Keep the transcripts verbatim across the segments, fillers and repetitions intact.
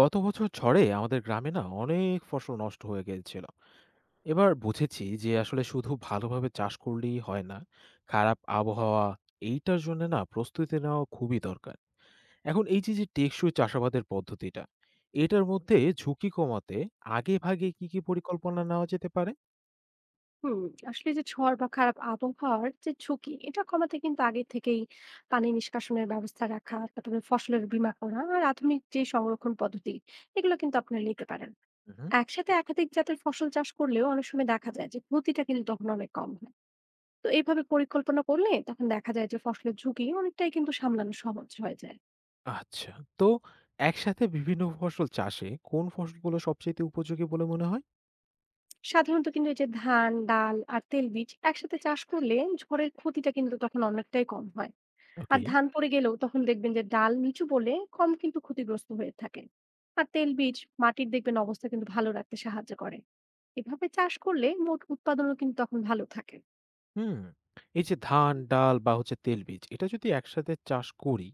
গত বছর ঝড়ে আমাদের গ্রামে না অনেক ফসল নষ্ট হয়ে গিয়েছিল। এবার বুঝেছি যে আসলে শুধু ভালোভাবে চাষ করলেই হয় না, খারাপ আবহাওয়া এইটার জন্য না প্রস্তুতি নেওয়া খুবই দরকার। এখন এই যে যে টেকসই চাষাবাদের পদ্ধতিটা, এটার মধ্যে ঝুঁকি কমাতে আগে ভাগে কি কি পরিকল্পনা নেওয়া যেতে পারে? হুম আসলে যে ঝড় বা খারাপ আবহাওয়ার যে ঝুঁকি এটা কমাতে কিন্তু আগে থেকেই পানি নিষ্কাশনের ব্যবস্থা রাখা, তারপরে ফসলের বীমা করা, আর আধুনিক যে সংরক্ষণ পদ্ধতি এগুলো কিন্তু আপনারা নিতে পারেন। হুম। একসাথে একাধিক জাতের ফসল চাষ করলেও অনেক সময় দেখা যায় যে ক্ষতিটা কিন্তু তখন অনেক কম হয়। তো এইভাবে পরিকল্পনা করলে তখন দেখা যায় যে ফসলের ঝুঁকি অনেকটাই কিন্তু সামলানো সহজ হয়ে যায়। আচ্ছা, তো একসাথে বিভিন্ন ফসল চাষে কোন ফসলগুলো সবচেয়ে উপযোগী বলে মনে হয়? সাধারণত কিন্তু এই যে ধান, ডাল আর তেল বীজ একসাথে চাষ করলে ঝড়ের ক্ষতিটা কিন্তু তখন অনেকটাই কম হয়। আর ওকে। ধান পড়ে গেলেও তখন দেখবেন যে ডাল নিচু পড়লে কম কিন্তু ক্ষতিগ্রস্ত হয়ে থাকে। আর তেল বীজ মাটির দেখবেন অবস্থা কিন্তু ভালো রাখতে সাহায্য করে। এভাবে চাষ করলে মোট উৎপাদনও কিন্তু তখন ভালো থাকে। হুম। এই যে ধান, ডাল বা হচ্ছে তেলবীজ এটা যদি একসাথে চাষ করি,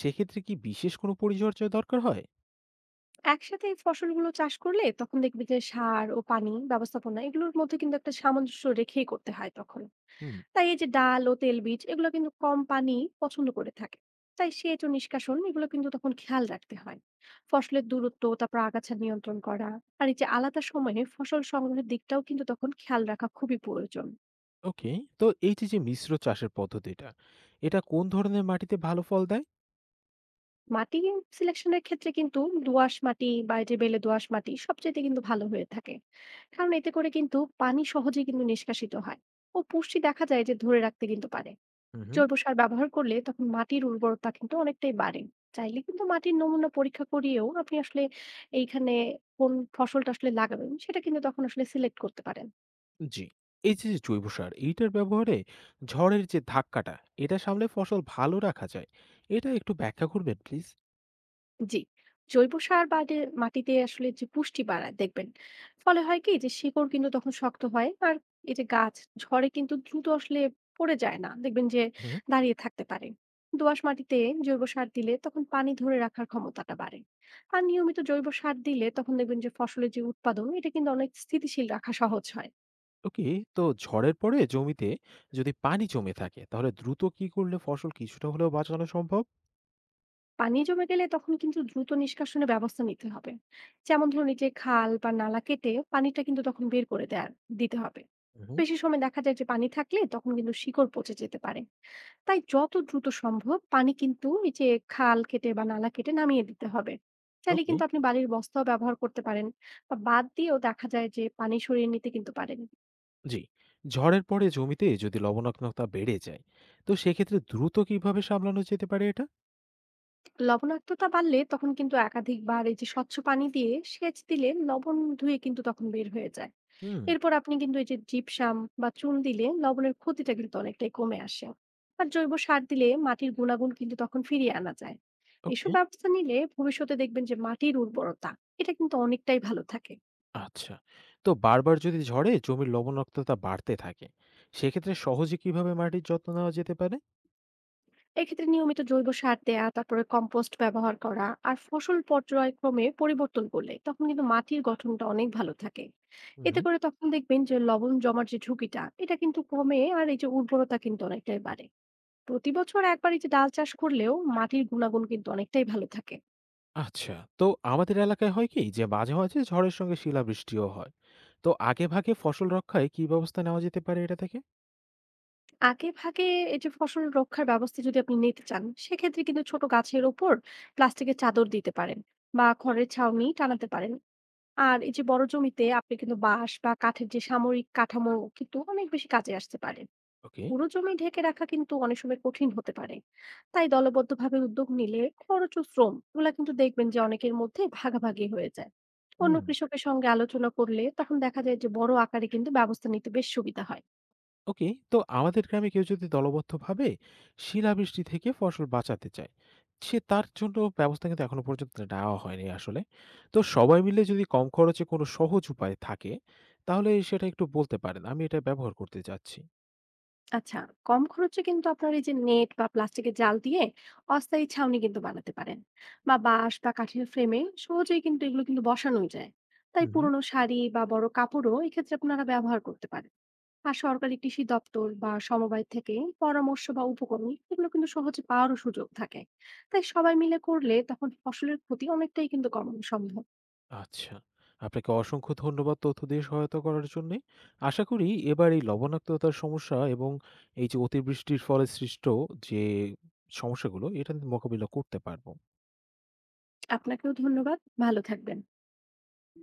সেক্ষেত্রে কি বিশেষ কোনো পরিচর্যা দরকার হয়? একসাথে এই ফসলগুলো চাষ করলে তখন দেখবে যে সার ও পানি ব্যবস্থাপনা এগুলোর মধ্যে কিন্তু একটা সামঞ্জস্য রেখেই করতে হয় তখন। হুম। তাই এই যে ডাল ও তেল বীজ এগুলো কিন্তু কম পানি পছন্দ করে থাকে। তাই সেচ ও নিষ্কাশন এগুলো কিন্তু তখন খেয়াল রাখতে হয়। ফসলের দূরত্ব, তারপর আগাছা নিয়ন্ত্রণ করা, আর এই যে আলাদা সময়ে ফসল সংগ্রহের দিকটাও কিন্তু তখন খেয়াল রাখা খুবই প্রয়োজন। ওকে। তো এই যে, যে মিশ্র চাষের পদ্ধতিটা, এটা কোন ধরনের মাটিতে ভালো ফল দেয়? মাটি সিলেকশনের ক্ষেত্রে কিন্তু দোআঁশ মাটি বা এই যে বেলে দোআঁশ মাটি সবচেয়ে কিন্তু ভালো হয়ে থাকে। কারণ এতে করে কিন্তু পানি সহজে কিন্তু নিষ্কাশিত হয় ও পুষ্টি দেখা যায় যে ধরে রাখতে কিন্তু পারে। হুম, হুম। জৈব সার ব্যবহার করলে তখন মাটির উর্বরতা কিন্তু অনেকটাই বাড়ে। চাইলে কিন্তু মাটির নমুনা পরীক্ষা করিয়েও আপনি আসলে এইখানে কোন ফসলটা আসলে লাগাবেন সেটা কিন্তু তখন আসলে সিলেক্ট করতে পারেন। জি। এই যে, যে জৈব সার এইটার ব্যবহারে ঝড়ের যে ধাক্কাটা, এটা সামলে ফসল ভালো রাখা যায়। এটা একটু ব্যাখ্যা করবেন প্লিজ? জি। জৈব সার বাডে মাটিতে আসলে যে পুষ্টি বাড়ায় দেখবেন। ফলে হয় কি যে শিকড় কিন্তু তখন শক্ত হয়। আর এই যে গাছ ঝড়ে কিন্তু দ্রুত আসলে পড়ে যায় না। দেখবেন যে হুম। দাঁড়িয়ে থাকতে পারে। দোআঁশ মাটিতে জৈব সার দিলে তখন পানি ধরে রাখার ক্ষমতাটা বাড়ে। আর নিয়মিত জৈব সার দিলে তখন দেখবেন যে ফসলের যে উৎপাদন এটা কিন্তু অনেক স্থিতিশীল রাখা সহজ হয়। ওকে। তো ঝড়ের পরে জমিতে যদি পানি জমে থাকে, তাহলে দ্রুত কি করলে ফসল কিছুটা হলেও বাঁচানো সম্ভব? পানি জমে গেলে তখন কিন্তু দ্রুত নিষ্কাশনের ব্যবস্থা নিতে হবে। যেমন ধরুন এই যে খাল বা নালা কেটে পানিটা কিন্তু তখন বের করে দেয়া দিতে হবে। হুম, হুম। বেশি সময় দেখা যায় যে পানি থাকলে তখন কিন্তু শিকড় পচে যেতে পারে। তাই যত দ্রুত সম্ভব পানি কিন্তু এই যে খাল কেটে বা নালা কেটে নামিয়ে দিতে হবে। চাইলে ওকে। কিন্তু আপনি বাড়ির বস্তাও ব্যবহার করতে পারেন বা বাদ দিয়েও দেখা যায় যে পানি সরিয়ে নিতে কিন্তু পারেন। জি, ঝড়ের পরে জমিতে যদি লবণাক্ততা বেড়ে যায়, তো সেক্ষেত্রে দ্রুত কিভাবে সামলানো যেতে পারে এটা? লবণাক্ততা বাড়লে তখন কিন্তু একাধিকবার এই যে স্বচ্ছ পানি দিয়ে সেচ দিলে লবণ ধুয়ে কিন্তু তখন বের হয়ে যায়। হুম। এরপর আপনি কিন্তু এই যে জিপসাম বা চুন দিলে লবণের ক্ষতিটা কিন্তু অনেকটাই কমে আসে। আর জৈব সার দিলে মাটির গুণাগুণ কিন্তু তখন ফিরিয়ে আনা যায়। এসব ওকে। ব্যবস্থা নিলে ভবিষ্যতে দেখবেন যে মাটির উর্বরতা এটা কিন্তু অনেকটাই ভালো থাকে। আচ্ছা, তো বারবার যদি ঝড়ে জমির লবণাক্ততা বাড়তে থাকে, সেক্ষেত্রে সহজে কিভাবে মাটির যত্ন নেওয়া যেতে পারে? এক্ষেত্রে নিয়মিত জৈব সার দেয়া, তারপরে কম্পোস্ট ব্যবহার করা, আর ফসল পর্যায়ক্রমে পরিবর্তন করলে তখন কিন্তু মাটির গঠনটা অনেক ভালো থাকে। হুম। এতে করে তখন দেখবেন যে লবণ জমার যে ঝুঁকিটা এটা কিন্তু কমে আর এই যে উর্বরতা কিন্তু অনেকটাই বাড়ে। প্রতি বছর একবার এই যে ডাল চাষ করলেও মাটির গুণাগুণ কিন্তু অনেকটাই ভালো থাকে। আচ্ছা, তো আমাদের এলাকায় হয় কি যে মাঝে মাঝে ঝড়ের সঙ্গে শিলাবৃষ্টিও হয়, তো আগে ভাগে ফসল রক্ষায় কি ব্যবস্থা নেওয়া যেতে পারে এটা থেকে? আগে ভাগে এই যে ফসল রক্ষার ব্যবস্থা যদি আপনি নিতে চান সেক্ষেত্রে কিন্তু ছোট গাছের ওপর প্লাস্টিকের চাদর দিতে পারেন বা খড়ের ছাউনি টানাতে পারেন। আর এই যে বড় জমিতে আপনি কিন্তু বাঁশ বা কাঠের যে সামরিক কাঠামো কিন্তু অনেক বেশি কাজে আসতে পারে। ওকে। পুরো জমি ঢেকে রাখা কিন্তু অনেক সময় কঠিন হতে পারে। তাই দলবদ্ধভাবে উদ্যোগ নিলে খরচ ও শ্রম ওগুলা কিন্তু দেখবেন যে অনেকের মধ্যে ভাগাভাগি হয়ে যায়। অন্য হুম। কৃষকের সঙ্গে আলোচনা করলে তখন দেখা যায় যে বড় আকারে কিন্তু ব্যবস্থা নিতে বেশ সুবিধা হয়। ওকে, তো আমাদের গ্রামে কেউ যদি দলবদ্ধভাবে শিলাবৃষ্টি থেকে ফসল বাঁচাতে চায়, সে তার জন্য ব্যবস্থা কিন্তু এখনো পর্যন্ত নেওয়া হয়নি আসলে। তো সবাই মিলে যদি কম খরচে কোনো সহজ উপায় থাকে, তাহলে সেটা একটু বলতে পারেন, আমি এটা ব্যবহার করতে চাচ্ছি। আচ্ছা, কম খরচে কিন্তু আপনার এই যে নেট বা প্লাস্টিকের জাল দিয়ে অস্থায়ী ছাউনি কিন্তু বানাতে পারেন বা বাঁশ বা কাঠের ফ্রেমে সহজেই কিন্তু এগুলো কিন্তু বসানো যায়। তাই হুম, হুম। পুরনো শাড়ি বা বড় কাপড়ও এক্ষেত্রে আপনারা ব্যবহার করতে পারেন। আর সরকারি কৃষি দপ্তর বা সমবায় থেকে পরামর্শ বা উপকরণ এগুলো কিন্তু সহজে পাওয়ারও সুযোগ থাকে। তাই সবাই মিলে করলে তখন ফসলের ক্ষতি অনেকটাই কিন্তু কমানো সম্ভব। আচ্ছা, আপনাকে অসংখ্য ধন্যবাদ তথ্য দিয়ে সহায়তা করার জন্য। আশা করি এবার এই লবণাক্ততার সমস্যা এবং এই যে অতিবৃষ্টির ফলে সৃষ্ট যে সমস্যাগুলো এটা মোকাবিলা করতে পারবো। আপনাকেও ধন্যবাদ। ভালো থাকবেন।